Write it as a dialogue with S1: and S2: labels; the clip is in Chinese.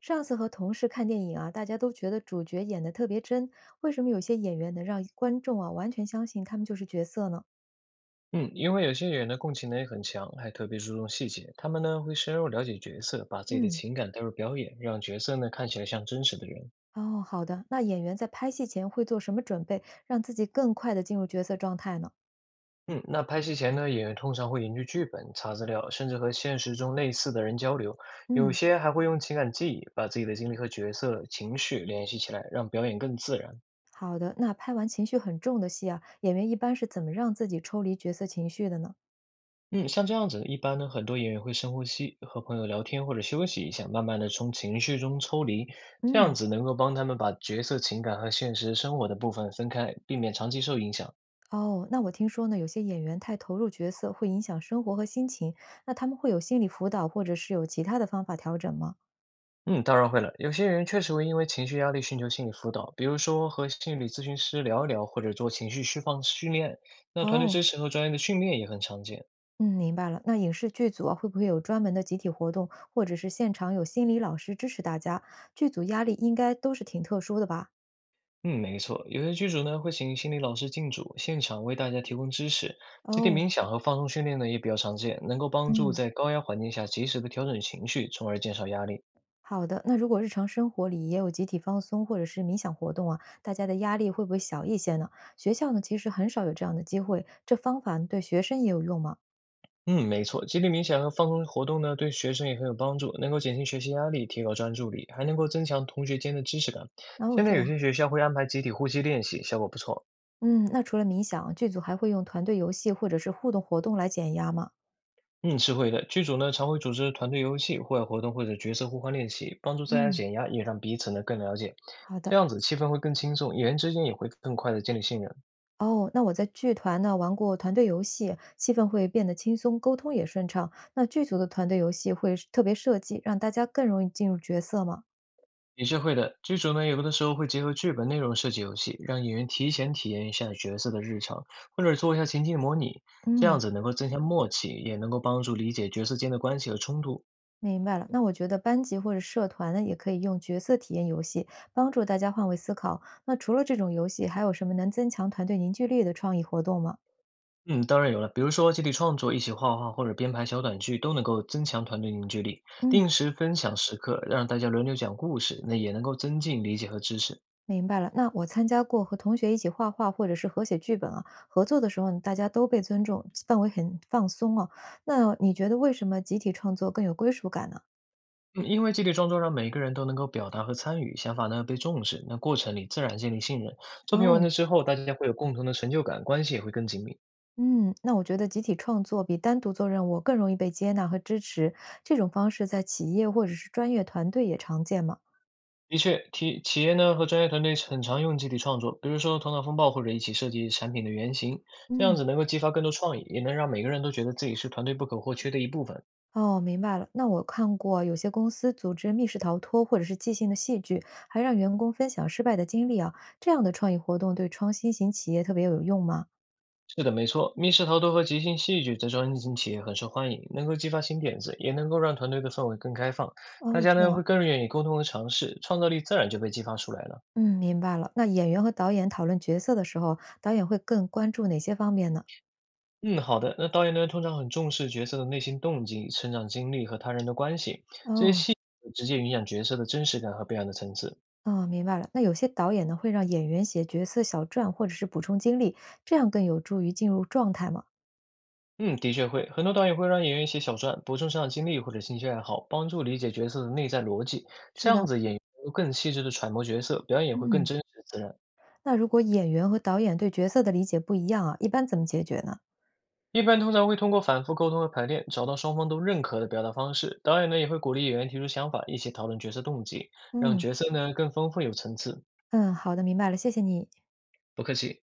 S1: 上次和同事看电影啊，大家都觉得主角演得特别真，为什么有些演员能让观众啊完全相信他们就是角色呢？
S2: 嗯，因为有些演员的共情能力很强，还特别注重细节，他们呢会深入了解角色，把自己的
S1: 嗯，
S2: 情感带入表演，让角色呢看起来像真实的人。
S1: 哦，好的，那演员在拍戏前会做什么准备，让自己更快地进入角色状态呢？
S2: 嗯，那拍戏前呢，演员通常会研究剧本、查资料，甚至和现实中类似的人交流，有
S1: 嗯，
S2: 些还会用情感记忆，把自己的经历和角色情绪联系起来，让表演更自然。
S1: 好的，那拍完情绪很重的戏啊，演员一般是怎么让自己抽离角色情绪的呢？
S2: 嗯，像这样子，一般呢，很多演员会深呼吸，和朋友聊天或者休息一下，慢慢的从情绪中抽离，这样
S1: 嗯，
S2: 子能够帮他们把角色情感和现实生活的部分分开，避免长期受影响。
S1: 哦，那我听说呢，有些演员太投入角色会影响生活和心情，那他们会有心理辅导，或者是有其他的方法调整吗？
S2: 嗯，当然会了，有些人确实会因为情绪压力寻求心理辅导，比如说和心理咨询师聊一聊，或者做情绪释放训练。那团队
S1: 哦，
S2: 支持和专业的训练也很常见。
S1: 嗯，明白了。那影视剧组啊，会不会有专门的集体活动，或者是现场有心理老师支持大家？剧组压力应该都是挺特殊的吧？
S2: 嗯，没错，有些剧组呢会请心理老师进组，现场为大家提供知识。集体
S1: 哦，
S2: 冥想和放松训练呢也比较常见，能够帮助
S1: 嗯，
S2: 在高压环境下及时的调整情绪，从而减少压力。
S1: 好的。那如果日常生活里也有集体放松或者是冥想活动啊，大家的压力会不会小一些呢？学校呢，其实很少有这样的机会。这方法对学生也有用吗？
S2: 嗯，没错，集体冥想和放松活动呢对学生也很有帮助，能够减轻学习压力，提高专注力，还能够增强同学间的知识感。
S1: 哦，
S2: 现
S1: 这
S2: 在有
S1: 样。
S2: 些学校会安排集体呼吸练习，效果不错。
S1: 嗯，那除了冥想，剧组还会用团队游戏或者是互动活动来减压吗？
S2: 嗯，是会的。剧组呢常会组织团队游戏、户外活动或者角色互换练习，帮助大家
S1: 嗯，
S2: 减压，也让彼此呢更了解。
S1: 好
S2: 这
S1: 的。
S2: 样子气氛会更轻松，演员之间也会更快的建立信任。
S1: 哦，那我在剧团呢玩过团队游戏，气氛会变得轻松，沟通也顺畅。那剧组的团队游戏会特别设计，让大家更容易进入角色吗？
S2: 也是会的，剧组呢有的时候会结合剧本内容设计游戏，让演员提前体验一下角色的日常，或者做一下情境模拟，这样
S1: 嗯，
S2: 子能够增强默契，也能够帮助理解角色间的关系和冲突。
S1: 明白了。那我觉得班级或者社团呢，也可以用角色体验游戏，帮助大家换位思考。那除了这种游戏，还有什么能增强团队凝聚力的创意活动吗？
S2: 嗯，当然有了。比如说，集体创作、一起画画或者编排小短剧，都能够增强团队凝聚力。
S1: 嗯
S2: 定时分享时刻，让大家轮流讲故事，那也能够增进理解和支持。
S1: 明白了，那我参加过和同学一起画画或者是合写剧本啊，合作的时候呢大家都被尊重，氛围很放松啊。那你觉得为什么集体创作更有归属感呢？
S2: 嗯，因为集体创作让每个人都能够表达和参与，想法呢被重视，那过程里自然建立信任。作品完
S1: 哦，
S2: 成之后，大家会有共同的成就感，关系也会更紧密。
S1: 嗯，那我觉得集体创作比单独做任务更容易被接纳和支持，这种方式在企业或者是专业团队也常见嘛。
S2: 的确，企业呢和专业团队很常用集体创作，比如说头脑风暴或者一起设计产品的原型，这样
S1: 嗯，
S2: 子能够激发更多创意，也能让每个人都觉得自己是团队不可或缺的一部分。
S1: 哦，明白了。那我看过有些公司组织密室逃脱或者是即兴的戏剧，还让员工分享失败的经历啊，这样的创意活动对创新型企业特别有用吗？
S2: 是的，没错，密室逃脱和即兴戏剧在中型企业很受欢迎，能够激发新点子，也能够让团队的氛围更开放，大
S1: 哦，
S2: 家
S1: 这
S2: 呢
S1: 样，
S2: 会更愿意沟通和尝试，创造力自然就被激发出来了。
S1: 嗯，明白了。那演员和导演讨论角色的时候，导演会更关注哪些方面呢？
S2: 嗯，好的。那导演呢，通常很重视角色的内心动机、成长经历和他人的关系，这些
S1: 哦，
S2: 戏直接影响角色的真实感和表演的层次。
S1: 哦，明白了。那有些导演呢，会让演员写角色小传或者是补充经历，这样更有助于进入状态嘛？
S2: 嗯，的确会，很多导演会让演员写小传，补充成长经历或者兴趣爱好，帮助理解角色的内在逻辑，这
S1: 是
S2: 样
S1: 的，
S2: 子演员能够更细致的揣摩角色，表演也会更
S1: 嗯。
S2: 真实自然。
S1: 那如果演员和导演对角色的理解不一样啊，一般怎么解决呢？
S2: 一般通常会通过反复沟通和排练，找到双方都认可的表达方式。导演呢也会鼓励演员提出想法，一起讨论角色动机，让
S1: 嗯
S2: 角色呢更丰富有层次。
S1: 嗯，好的，明白了，谢谢你。
S2: 不客气。